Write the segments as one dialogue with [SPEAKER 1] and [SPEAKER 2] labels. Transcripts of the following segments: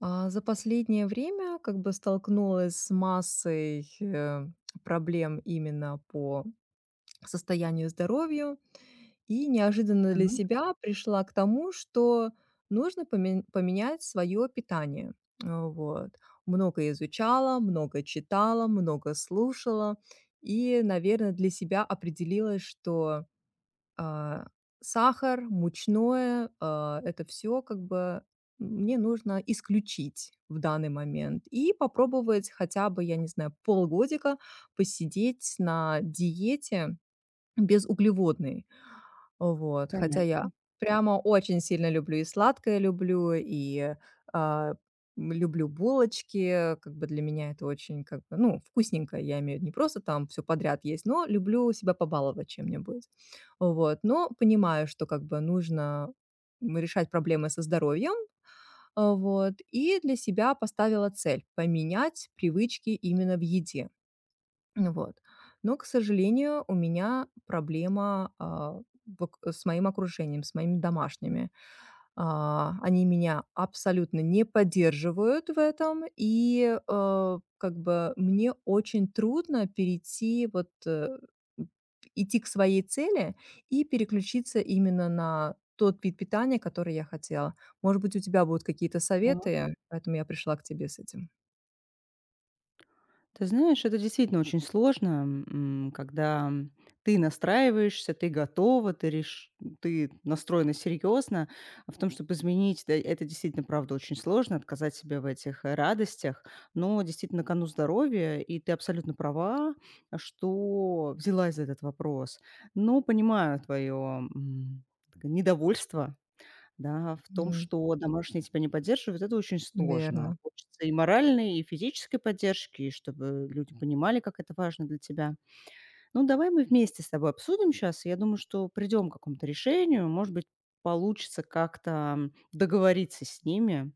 [SPEAKER 1] За последнее время как бы столкнулась с массой, проблем именно по состоянию здоровью и неожиданно
[SPEAKER 2] Так,
[SPEAKER 1] для себя пришла к тому, что нужно поменять свое питание. А, вот. Много изучала, много читала, много слушала и, наверное, для себя определилась, что а, сахар, мучное, это все как бы мне нужно исключить в данный момент и попробовать хотя бы, я не знаю, полгодика посидеть на диете без углеводной вот, хотя
[SPEAKER 2] понятно.
[SPEAKER 1] я прямо очень сильно люблю и сладкое люблю, и, а, люблю булочки. Как бы для меня это очень как бы, ну, вкусненько. Я имею в виду не просто там все подряд есть, но люблю себя побаловать чем-нибудь. Вот, но понимаю, что как бы нужно решать проблемы со здоровьем. И для себя поставила цель поменять привычки именно в еде. Вот. Но, к сожалению, у меня проблема, а, в ок с моим окружением, с моими домашними. Они меня абсолютно не поддерживают в этом, и как бы мне очень трудно перейти вот, э, м, идти к своей цели и переключиться именно на тот вид питания, который я хотела. Может быть, у тебя будут какие-то
[SPEAKER 2] Так.
[SPEAKER 1] советы, поэтому я пришла к тебе с этим.
[SPEAKER 2] Ты знаешь, это действительно очень сложно, когда ты настраиваешься, ты готова, ты настроена серьезно. В том, чтобы изменить, да, это действительно, правда, очень сложно, отказать себе в этих радостях. Но действительно, на кону здоровья, и ты абсолютно права, что взялась за этот вопрос. Но понимаю твое недовольство, да, в том,
[SPEAKER 1] М,
[SPEAKER 2] что домашние тебя не поддерживают, это очень сложно.
[SPEAKER 1] верно.
[SPEAKER 2] Хочется и моральной, и физической поддержки, и чтобы люди понимали, как это важно для тебя. Ну, давай мы вместе с тобой обсудим сейчас. Я думаю, что придем к какому-то решению. Может быть, получится как-то договориться с ними,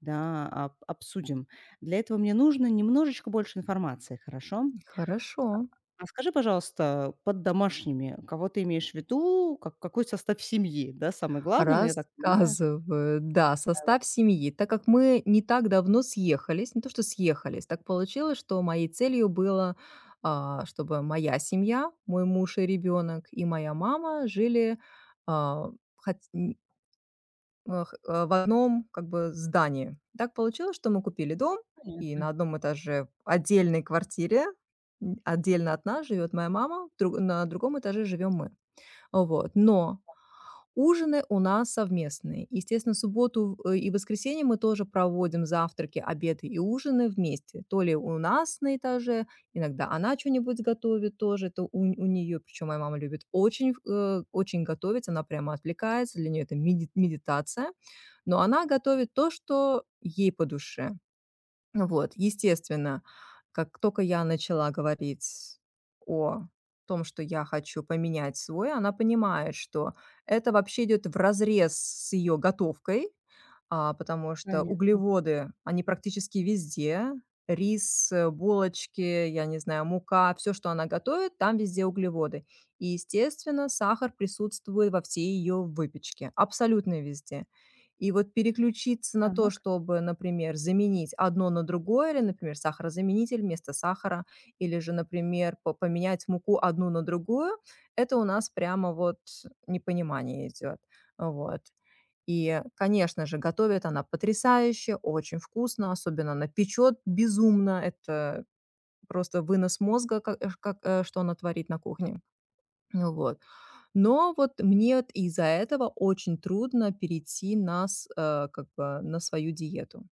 [SPEAKER 2] да, обсудим. Для этого мне нужно немножечко больше информации, хорошо?
[SPEAKER 1] Хорошо.
[SPEAKER 2] А скажи, пожалуйста, под домашними, кого ты имеешь в виду, как, какой состав семьи, да, самое главное, но я так понимаю.
[SPEAKER 1] Рассказываю, да, состав семьи. Так как мы не так давно съехались, не то что съехались, так получилось, что моей целью было, чтобы моя семья, мой муж и ребенок, и моя мама жили а, хот- н- в одном как бы здании. Так получилось, что мы купили дом, и на
[SPEAKER 2] Понятно.
[SPEAKER 1] одном этаже в отдельной квартире, отдельно от нас живет моя мама, на другом этаже живем мы. Вот, но ужины у нас совместные. Естественно, субботу в- и воскресенье мы тоже проводим завтраки, обеды и ужины вместе. То ли у нас на этаже, иногда она что-нибудь готовит тоже, это у, нее, причем моя мама любит очень готовить, она прямо отвлекается, для нее это медитация, но она готовит то, что ей по душе. Вот, естественно, как только я начала говорить о том, что я хочу поменять свой, она понимает, что это вообще идет в разрез с ее готовкой, потому что
[SPEAKER 2] Понятно.
[SPEAKER 1] углеводы, они практически везде. Рис, булочки, я не знаю, мука, все, что она готовит, там везде углеводы. И, естественно, сахар присутствует во всей ее выпечке, абсолютно везде. И вот переключиться на то,
[SPEAKER 2] Так.
[SPEAKER 1] чтобы, например, заменить одно на другое, или, например, сахарозаменитель вместо сахара, или же, например, по поменять муку одну на другую, это у нас прямо вот непонимание идет. Вот. И, конечно же, готовит она потрясающе, очень вкусно, особенно она печет безумно. Это просто вынос мозга, ка эш как, что она творит на кухне. Ну вот. Но вот мне вот из-за этого очень трудно перейти как бы на свою диету.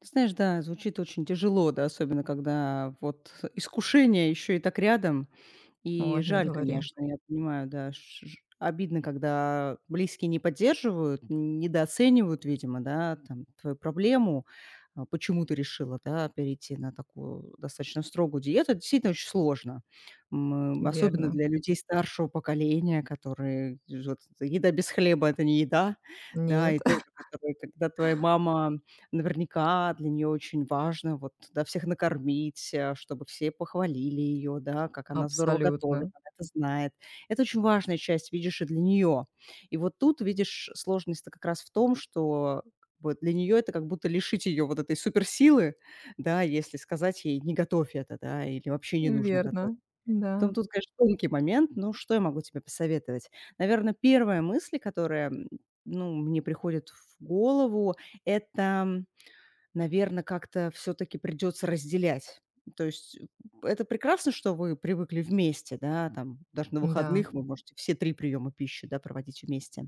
[SPEAKER 2] Ты знаешь, да, звучит очень тяжело, да, особенно когда вот искушение еще и так рядом. И
[SPEAKER 1] Ой, не
[SPEAKER 2] жаль,
[SPEAKER 1] говори.
[SPEAKER 2] конечно, я понимаю, да, ш ж обидно, когда близкие не поддерживают, недооценивают, видимо, да, там, твою проблему, почему ты решила, да, перейти на такую достаточно строгую диету. Это действительно очень сложно, особенно
[SPEAKER 1] Верно.
[SPEAKER 2] для людей старшего поколения, вот «еда без хлеба — это не еда», да, и
[SPEAKER 1] Нет,
[SPEAKER 2] тоже, которые, когда твоя мама... Наверняка для нее очень важно вот, да, всех накормить, чтобы все похвалили ее, да, как она здорово готовит,
[SPEAKER 1] абсолютно.
[SPEAKER 2] она это знает. Это очень важная часть, видишь, и для нее. И вот тут, видишь, сложность-то как раз в том, что как бы для нее это как будто лишить ее вот этой суперсилы, да, если сказать ей: «Не готовь это», да, или вообще не нужно готовить.
[SPEAKER 1] Верно.
[SPEAKER 2] Поэтому
[SPEAKER 1] Да.
[SPEAKER 2] тут, конечно, тонкий момент, но что я могу тебе посоветовать? Наверное, первая мысль, которая, ну, мне приходит в голову — это наверное как-то все таки придется разделять. То есть, это прекрасно, что вы привыкли вместе, да, там даже на
[SPEAKER 1] Да.
[SPEAKER 2] выходных вы можете все 3 приема пищи, да, проводить вместе.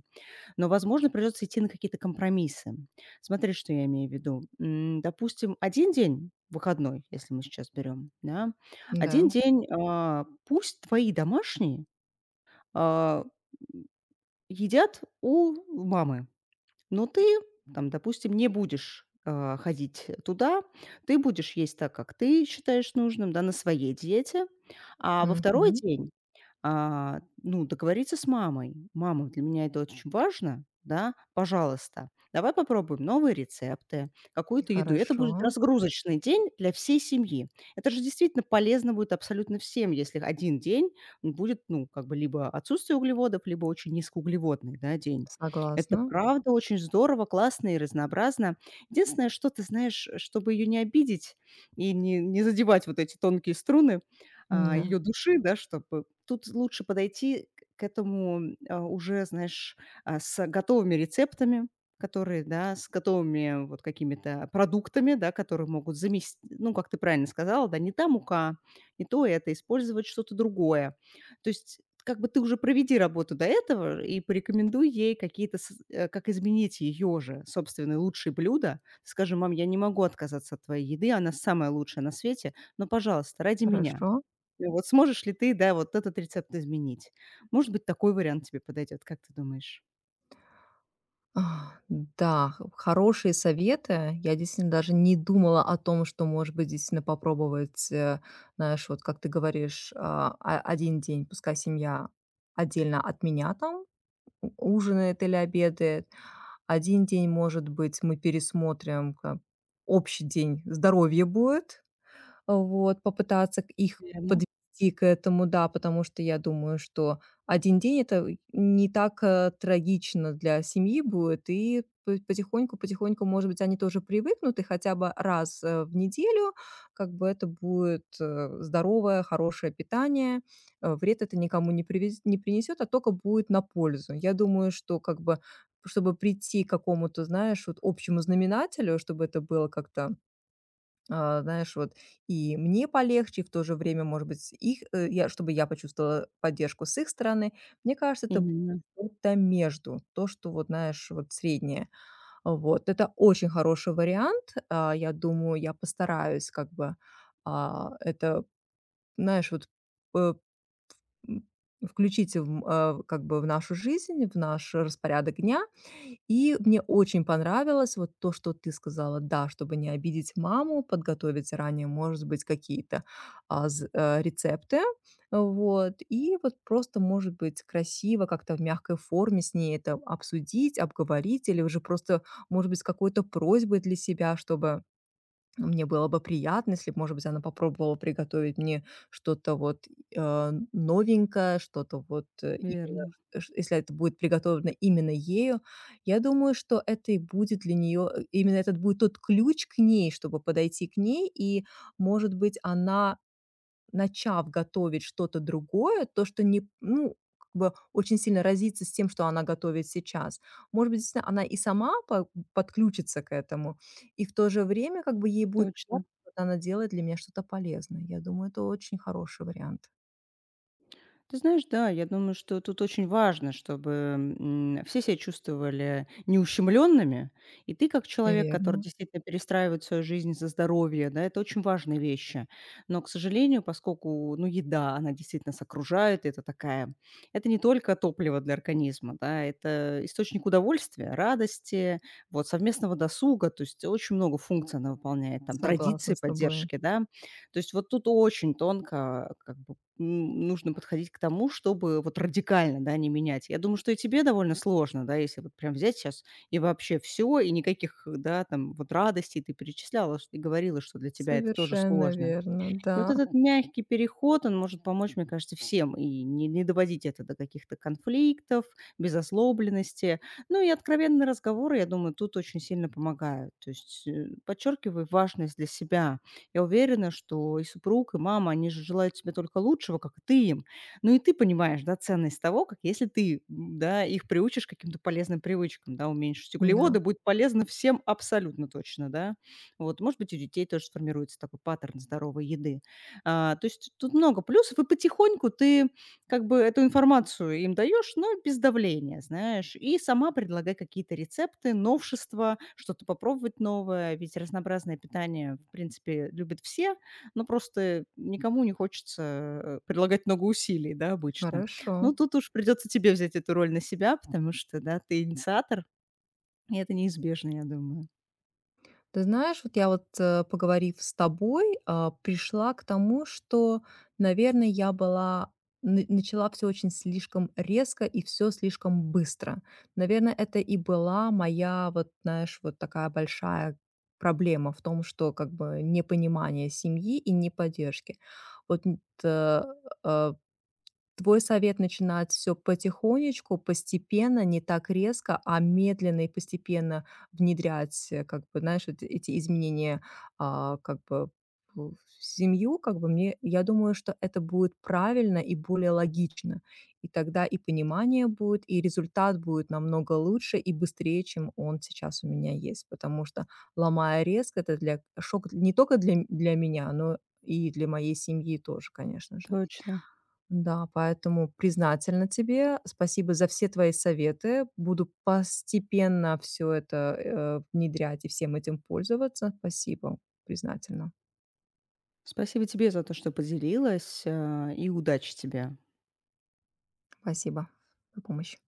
[SPEAKER 2] Но, возможно, придется идти на какие-то компромиссы. Смотри, что я имею в виду. Допустим, один день выходной, если мы сейчас берем да, один
[SPEAKER 1] Да.
[SPEAKER 2] день, пусть твои домашние, а, едят у мамы. Но ты, там, допустим, не будешь, ходить туда, ты будешь есть так, как ты считаешь нужным, да, на своей диете, а во второй
[SPEAKER 1] Мгм.
[SPEAKER 2] день ну, договориться с мамой. Мама, для меня это очень важно, да, пожалуйста, давай попробуем новые рецепты, какую-то еду. Это
[SPEAKER 1] Хорошо.
[SPEAKER 2] будет разгрузочный день для всей семьи. Это же действительно полезно будет абсолютно всем, если один день будет, ну, как бы либо отсутствие углеводов, либо очень низкоуглеводный, да, день. Это
[SPEAKER 1] Согласна.
[SPEAKER 2] правда очень здорово, классно и разнообразно. Единственное, что ты знаешь, чтобы ее не обидеть и не задевать вот эти тонкие струны,
[SPEAKER 1] Да.
[SPEAKER 2] её души, да, чтобы тут лучше подойти к этому, уже, знаешь, с готовыми рецептами, которые, да, с готовыми вот какими-то продуктами, да, которые могут заместить, ну, как ты правильно сказала, да, не та мука, не то это, использовать что-то другое. То есть как бы ты уже проведи работу до этого и порекомендуй ей какие-то как изменить ее же собственные лучшие блюда. Скажи: «Мам, я не могу отказаться от твоей еды, она самая лучшая на свете, но, пожалуйста, ради меня».
[SPEAKER 1] Хорошо.
[SPEAKER 2] Ну вот сможешь ли ты, да, вот этот рецепт изменить? Может быть, такой вариант тебе подойдет, как ты думаешь?
[SPEAKER 1] Да, х хорошие советы. Я действительно даже не думала о том, что, может быть, действительно попробовать, знаешь, вот как ты говоришь, 1 день пускай семья отдельно от меня там у ужинает или обедает. Один день, может быть, мы пересмотрим, как общий день здоровья будет. Вот, попытаться к их
[SPEAKER 2] Верно,
[SPEAKER 1] подвести к этому, да, потому что я думаю, что один день — это не так трагично для семьи будет, и по потихоньку-потихоньку, может быть, они тоже привыкнут, и хотя бы раз в неделю как бы это будет здоровое, хорошее питание. Вред это никому не принесет, а только будет на пользу. Я думаю, что как бы, чтобы прийти к какому-то, знаешь, вот общему знаменателю, чтобы это было как-то знаешь, вот и мне полегче, и в то же время, может быть, чтобы я почувствовала поддержку с их стороны. Мне кажется, это будет
[SPEAKER 2] именно,
[SPEAKER 1] что-то между, то, что вот, знаешь, вот среднее. Вот, это очень хороший вариант. Я думаю, я постараюсь как бы а, это, знаешь, вот э, м, включить как бы в нашу жизнь, в наш распорядок дня, и мне очень понравилось вот то, что ты сказала. Да, чтобы не обидеть маму, подготовить заранее, может быть, какие-то рецепты. Вот. И вот просто, может быть, красиво как-то в мягкой форме с ней это обсудить, обговорить, или уже просто, может быть, с какой-то просьбой для себя, чтобы мне было бы приятно, если б, может быть, она попробовала приготовить мне что-то вот, новенькое, что-то вот, именно,
[SPEAKER 2] верно,
[SPEAKER 1] ш если это будет приготовлено именно ею. Я думаю, что это и будет для нее именно этот будет тот ключ к ней, чтобы подойти к ней, и, может быть, она начав готовить что-то другое, то, что не ну, как бы очень сильно разится с тем, что она готовит сейчас. Может быть, действительно, она и сама по подключится к этому, и в то же время как бы ей будет
[SPEAKER 2] точно.
[SPEAKER 1] приятно, что она делает для меня что-то полезное. Я думаю, это очень хороший вариант.
[SPEAKER 2] Ты знаешь, да, я думаю, что тут очень важно, чтобы, все себя чувствовали неущемленными. И ты как человек, который
[SPEAKER 1] Верно,
[SPEAKER 2] действительно перестраивает свою жизнь за здоровье, да, это очень важные вещи. Но, к сожалению, поскольку, ну, еда, она действительно нас окружает, это такая... это не только топливо для организма, да, это источник удовольствия, радости, вот, совместного досуга, то есть очень много функций она выполняет, там, традиции,
[SPEAKER 1] согласна с тобой.
[SPEAKER 2] поддержки, да. То есть вот тут очень тонко, как бы, нужно подходить к тому, чтобы вот радикально, да, не менять. Я думаю, что и тебе довольно сложно, да, если вот прям взять сейчас и вообще все и никаких, да, там вот радостей. Ты перечисляла ш и говорила, что для тебя это тоже
[SPEAKER 1] Совершенно
[SPEAKER 2] сложно.
[SPEAKER 1] верно,
[SPEAKER 2] И вот
[SPEAKER 1] да,
[SPEAKER 2] этот мягкий переход, он может помочь, мне кажется, всем и не доводить это до каких-то конфликтов, безослобленности. Ну и откровенные разговоры, я думаю, тут очень сильно помогают. То есть подчеркивай важность для себя. Я уверена, что и супруг, и мама, они же желают тебе только лучшего, как и ты им. Ну и ты понимаешь, да, ценность того, как если ты, да, их приучишь к каким-то полезным привычкам, да, уменьшить
[SPEAKER 1] да,
[SPEAKER 2] углеводы, будет полезно всем абсолютно точно, да. Вот, может быть, у детей тоже сформируется такой паттерн здоровой еды. То есть тут много плюсов, и потихоньку ты как бы эту информацию им даешь, но без давления, знаешь, и сама предлагай какие-то рецепты, новшества, что-то попробовать новое, ведь разнообразное питание, в принципе, любят все, но просто никому не хочется предлагать много усилий, да, обычно.
[SPEAKER 1] хорошо.
[SPEAKER 2] Ну, тут уж придется тебе взять эту роль на себя, потому что, да, ты инициатор, и это неизбежно, я думаю.
[SPEAKER 1] Ты знаешь, вот я вот, поговорив с тобой, пришла к тому, что, наверное, я начала все очень слишком резко и все слишком быстро. Наверное, это и была моя, вот, знаешь, вот такая большая проблема в том, что как бы непонимание семьи и неподдержки. Вот н- т- э, Твой совет начинать все потихонечку, постепенно, не так резко, а медленно и постепенно внедрять, как бы, знаешь, эт эти изменения, как бы, в семью, как бы мне я думаю, что это будет правильно и более логично. И тогда и понимание будет, и результат будет намного лучше и быстрее, чем он сейчас у меня есть. Потому что, ломая резко, это для шок не только для для меня, но и для моей семьи тоже, конечно же.
[SPEAKER 2] Точно.
[SPEAKER 1] Да, поэтому признательна тебе. Спасибо за все твои советы. Буду постепенно все это, внедрять и всем этим пользоваться. Спасибо, признательна.
[SPEAKER 2] Спасибо тебе за то, что поделилась, и удачи тебе.
[SPEAKER 1] Спасибо за помощь.